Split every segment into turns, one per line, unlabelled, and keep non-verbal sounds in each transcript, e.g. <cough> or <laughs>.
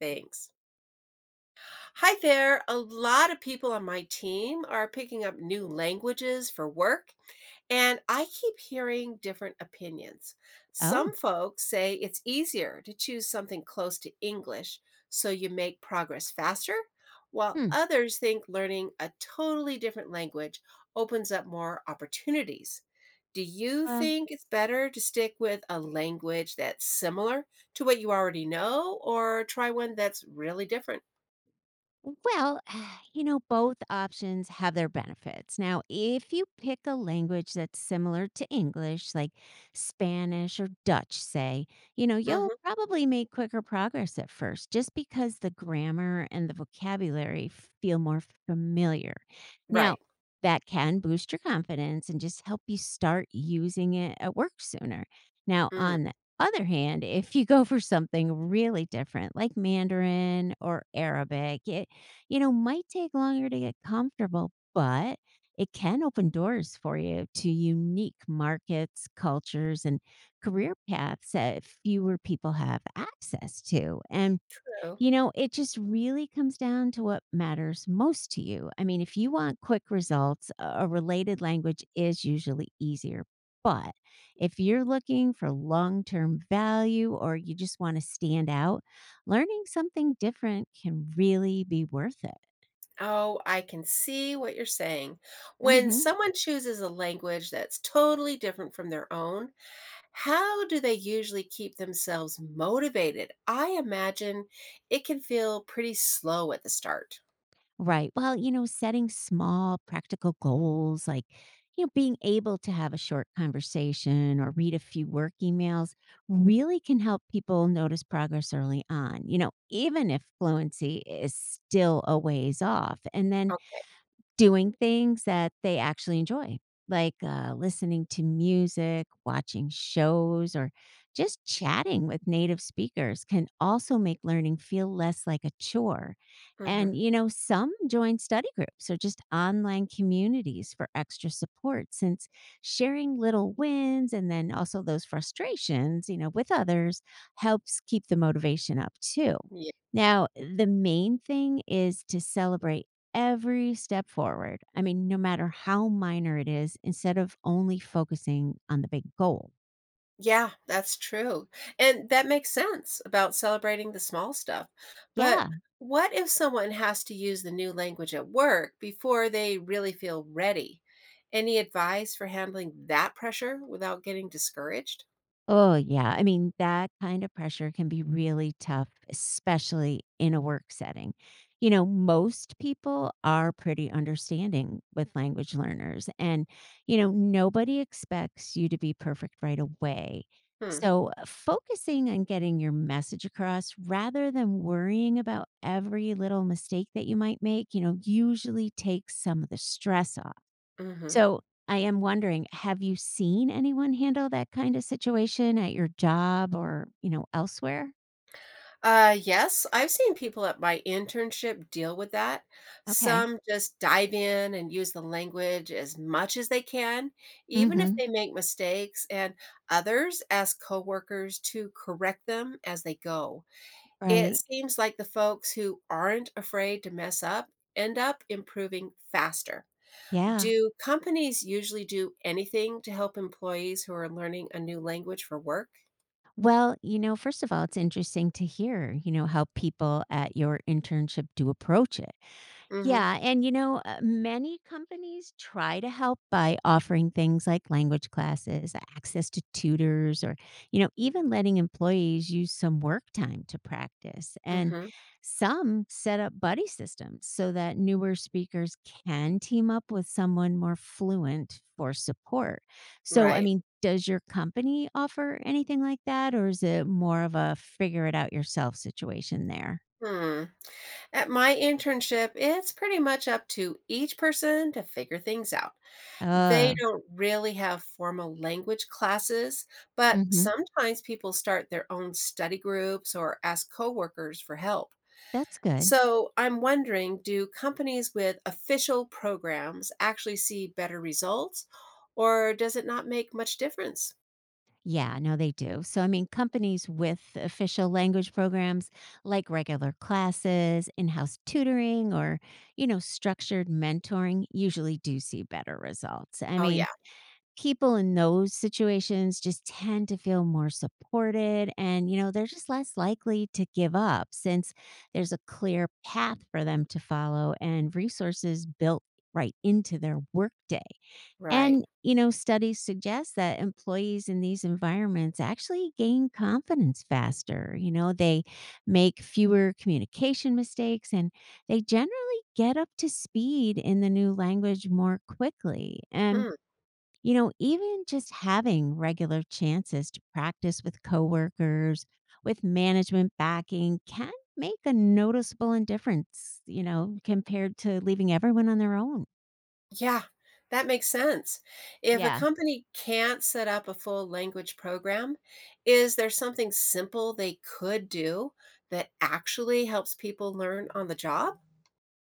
Thanks. Hi there. A lot of people on my team are picking up new languages for work, and I keep hearing different opinions.
Oh.
Some folks say it's easier to choose something close to English so you make progress faster, while
Hmm.
others think learning a totally different language opens up more opportunities. Do you
Uh,
think it's better to stick with a language that's similar to what you already know or try one that's really different?
Well, <sighs> both options have their benefits. Now, if you pick a language that's similar to English, like Spanish or Dutch, say, you'll
Mhm.
probably make quicker progress at first just because the grammar and the vocabulary feel more familiar. Now,
Right.
that can boost your confidence and just help you start using it at work sooner. Now,
Mm.
on the other hand, if you go for something really different like Mandarin or Arabic, it might take longer to get comfortable, but it can open doors for you to unique markets, cultures, and career paths that fewer people have access to.
So.
It just really comes down to what matters most to you. I mean, if you want quick results, a related language is usually easier. But if you're looking for long term value or you just want to stand out, learning something different can really be worth it.
Oh, I can see what you're saying. When
hmm
someone chooses a language that's totally different from their own, how do they usually keep themselves motivated? I imagine it can feel pretty slow at the start.
Right. Well, setting small, practical goals like, being able to have a short conversation or read a few work emails really can help people notice progress early on, even if fluency is still a ways off. And then
Oh,
doing things that they actually enjoy, like, listening to music, watching shows, or just chatting with native speakers can also make learning feel less like a chore. And,
mhm.
some join study groups or just online communities for extra support since sharing little wins and then also those frustrations, with others helps keep the motivation up too. Now, the main thing is to celebrate every step forward. I mean, no matter how minor it is, instead of only focusing on the big goal.
Yeah, that's true. And that makes sense about celebrating the small stuff. But
Yeah.
what if someone has to use the new language at work before they really feel ready? Any advice for handling that pressure without getting discouraged?
Oh, yeah. I mean, that kind of pressure can be really tough, especially in a work setting. You know, most people are pretty understanding with language learners, and, nobody expects you to be perfect right away.
Hmm.
So, focusing on getting your message across rather than worrying about every little mistake that you might make, usually takes some of the stress off.
Hmm.
So I am wondering, have you seen anyone handle that kind of situation at your job or, elsewhere?
Yes, I've seen people at my internship deal with that.
Okay.
Some just dive in and use the language as much as they can, even if
hmm
they make mistakes, and others ask coworkers to correct them as they go. It
Right.
seems like the folks who aren't afraid to mess up end up improving faster.
Yeah.
Do companies usually do anything to help employees who are learning a new language for work?
Well, first of all, it's interesting to hear, how people at your internship do approach it.
Mm-hmm.
Yeah, and many companies try to help by offering things like language classes, access to tutors, or, even letting employees use some work time to practice. And
Mm-hmm.
some set up buddy systems so that newer speakers can team up with someone more fluent for support. So, I
Right.
mean, does your company offer anything like that, or is it more of a figure it out yourself situation there?
Hmm. At my internship, it's pretty much up to each person to figure things out. They
Oh,
don't really have formal language classes, but
hmm
sometimes people start their own study groups or ask coworkers for help.
that's good.
So I'm wondering, do companies with official programs actually see better results, or does it not make much difference?
Yeah, no, they do. So, I mean, companies with official language programs like regular classes, in house tutoring, or, structured mentoring usually do see better results. I
Oh,
mean,
yeah,
people in those situations just tend to feel more supported and, they're just less likely to give up since there's a clear path for them to follow and resources built right into their workday.
right.
And, studies suggest that employees in these environments actually gain confidence faster. You know, they make fewer communication mistakes and they generally get up to speed in the new language more quickly. And,
Hmm.
even just having regular chances to practice with coworkers, with management backing can make a noticeable difference, compared to leaving everyone on their own.
Yeah, that makes sense. If a
Yeah.
company can't set up a full language program, is there something simple they could do that actually helps people learn on the job?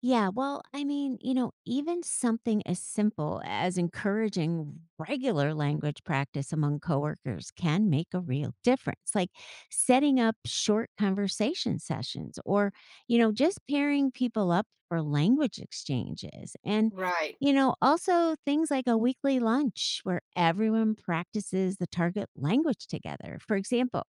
Yeah, well, even something as simple as encouraging regular language practice among coworkers can make a real difference. Like setting up short conversation sessions or, just pairing people up for language exchanges. And,
Right,
also things like a weekly lunch where everyone practices the target language together. For example,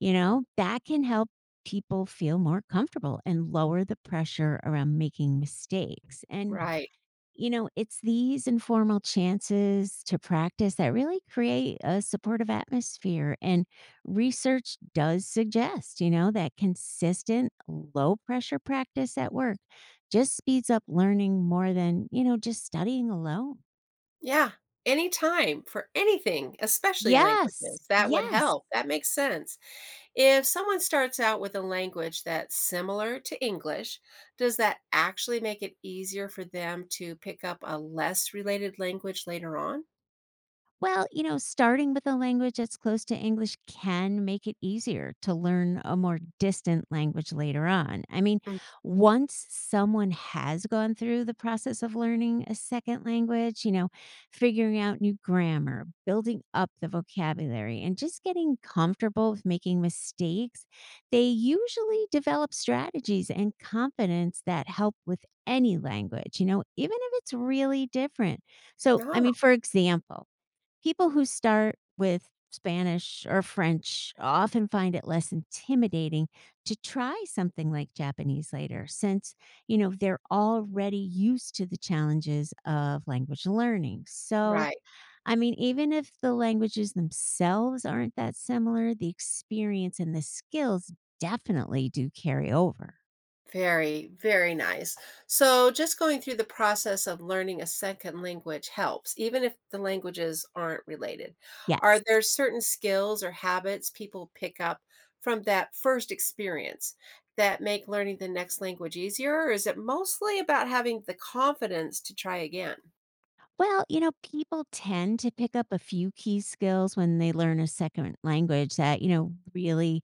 that can help people feel more comfortable and lower the pressure around making mistakes. And,
right.
it's these informal chances to practice that really create a supportive atmosphere. And research does suggest, that consistent low pressure practice at work just speeds up learning more than, just studying alone.
Yeah, anytime for anything, especially
Yes.
languages, that would
Yes.
help. That makes sense. If someone starts out with a language that's similar to English, does that actually make it easier for them to pick up a less related language later on?
Well, starting with a language that's close to English can make it easier to learn a more distant language later on. I mean,
Mm.
once someone has gone through the process of learning a second language, figuring out new grammar, building up the vocabulary, and just getting comfortable with making mistakes, they usually develop strategies and confidence that help with any language, even if it's really different. So, I
Ah,
mean, for example, people who start with Spanish or French often find it less intimidating to try something like Japanese later, since, they're already used to the challenges of language learning. So,
right.
I mean, even if the languages themselves aren't that similar, the experience and the skills definitely do carry over.
Very, very nice. So, just going through the process of learning a second language helps, even if the languages aren't related.
Yes.
Are there certain skills or habits people pick up from that first experience that make learning the next language easier? Or is it mostly about having the confidence to try again?
Well, people tend to pick up a few key skills when they learn a second language that, you know, really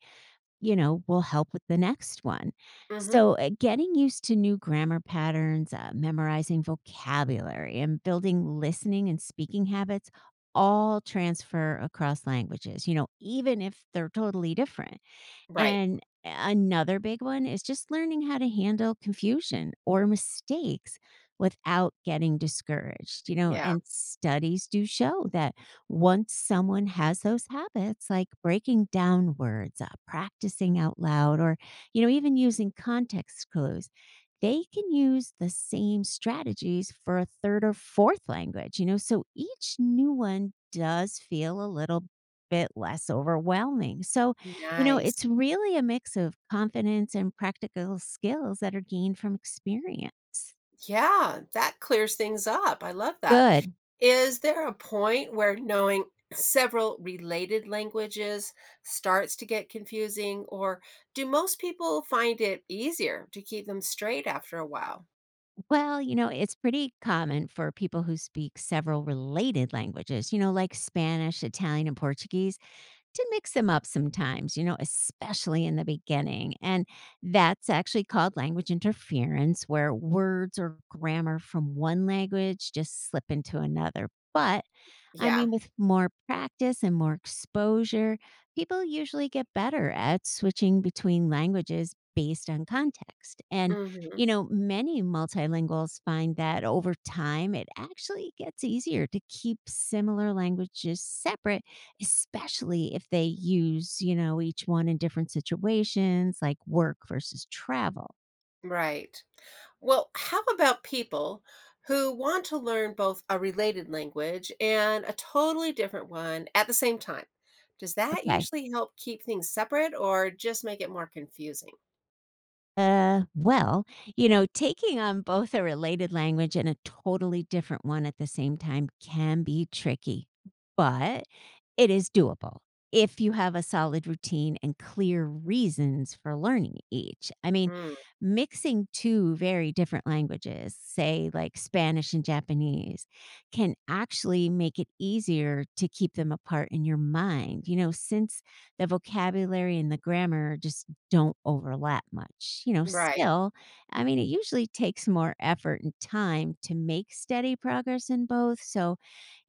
you know, will help with the next one.
Hmm.
So, getting used to new grammar patterns, memorizing vocabulary, and building listening and speaking habits all transfer across languages, even if they're totally different.
Right.
And another big one is just learning how to handle confusion or mistakes without getting discouraged. You know,
Yeah.
and studies do show that once someone has those habits, like breaking down words, practicing out loud, or, even using context clues, they can use the same strategies for a third or fourth language, so each new one does feel a little bit less overwhelming. So,
Nice.
it's really a mix of confidence and practical skills that are gained from experience.
Yeah, that clears things up. I love that.
Good.
Is there a point where knowing several related languages starts to get confusing, or do most people find it easier to keep them straight after a while?
Well, it's pretty common for people who speak several related languages, like Spanish, Italian, and Portuguese, to mix them up sometimes, especially in the beginning. And that's actually called language interference, where words or grammar from one language just slip into another. But I
Yeah.
mean, with more practice and more exposure, people usually get better at switching between languages based on context. And,
Hmm.
many multilinguals find that over time, it actually gets easier to keep similar languages separate, especially if they use, each one in different situations like work versus travel.
Right. Well, how about people who want to learn both a related language and a totally different one at the same time? Does that
Okay.
usually help keep things separate or just make it more confusing?
Well, taking on both a related language and a totally different one at the same time can be tricky, but it is doable if you have a solid routine and clear reasons for learning each. I mean,
Mm.
mixing two very different languages, say like Spanish and Japanese, can actually make it easier to keep them apart in your mind, since the vocabulary and the grammar are just don't overlap much. You know,
Right.
still, I mean, it usually takes more effort and time to make steady progress in both. So,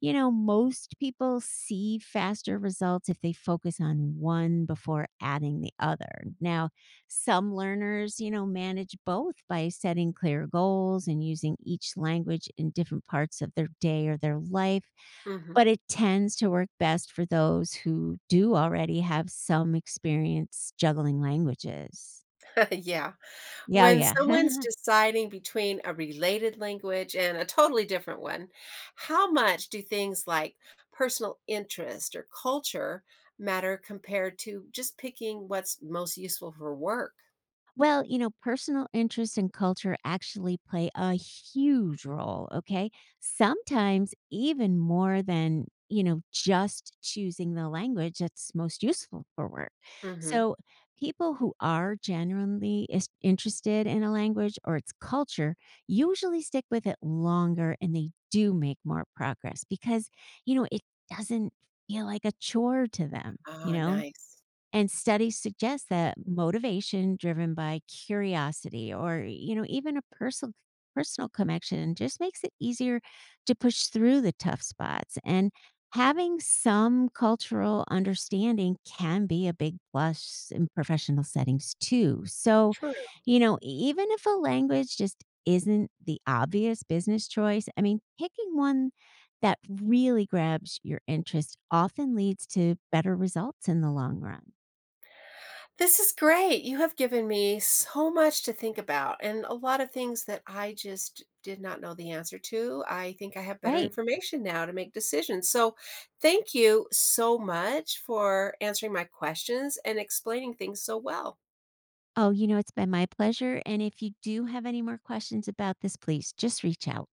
most people see faster results if they focus on one before adding the other. Now, some learners, manage both by setting clear goals and using each language in different parts of their day or their life.
Mhm.
But it tends to work best for those who do already have some experience juggling languages.
<laughs> Yeah.
Yeah, oh
When someone's
yeah. <laughs>
deciding between a related language and a totally different one, how much do things like personal interest or culture matter compared to just picking what's most useful for work?
Well, personal interest and culture actually play a huge role, okay? Sometimes even more than, just choosing the language that's most useful for work.
Hmm.
So, people who are genuinely is interested in a language or its culture usually stick with it longer and they do make more progress because, it doesn't feel like a chore to them, you
Oh,
know?
nice.
And studies suggest that motivation driven by curiosity or, even a personal connection just makes it easier to push through the tough spots. And having some cultural understanding can be a big plus in professional settings too. So,
True.
even if a language just isn't the obvious business choice, I mean, picking one that really grabs your interest often leads to better results in the long run.
This is great. You have given me so much to think about and a lot of things that I just did not know the answer to. I think I have better
Right.
information now to make decisions. So, thank you so much for answering my questions and explaining things so well.
Oh, it's been my pleasure. And if you do have any more questions about this, please just reach out.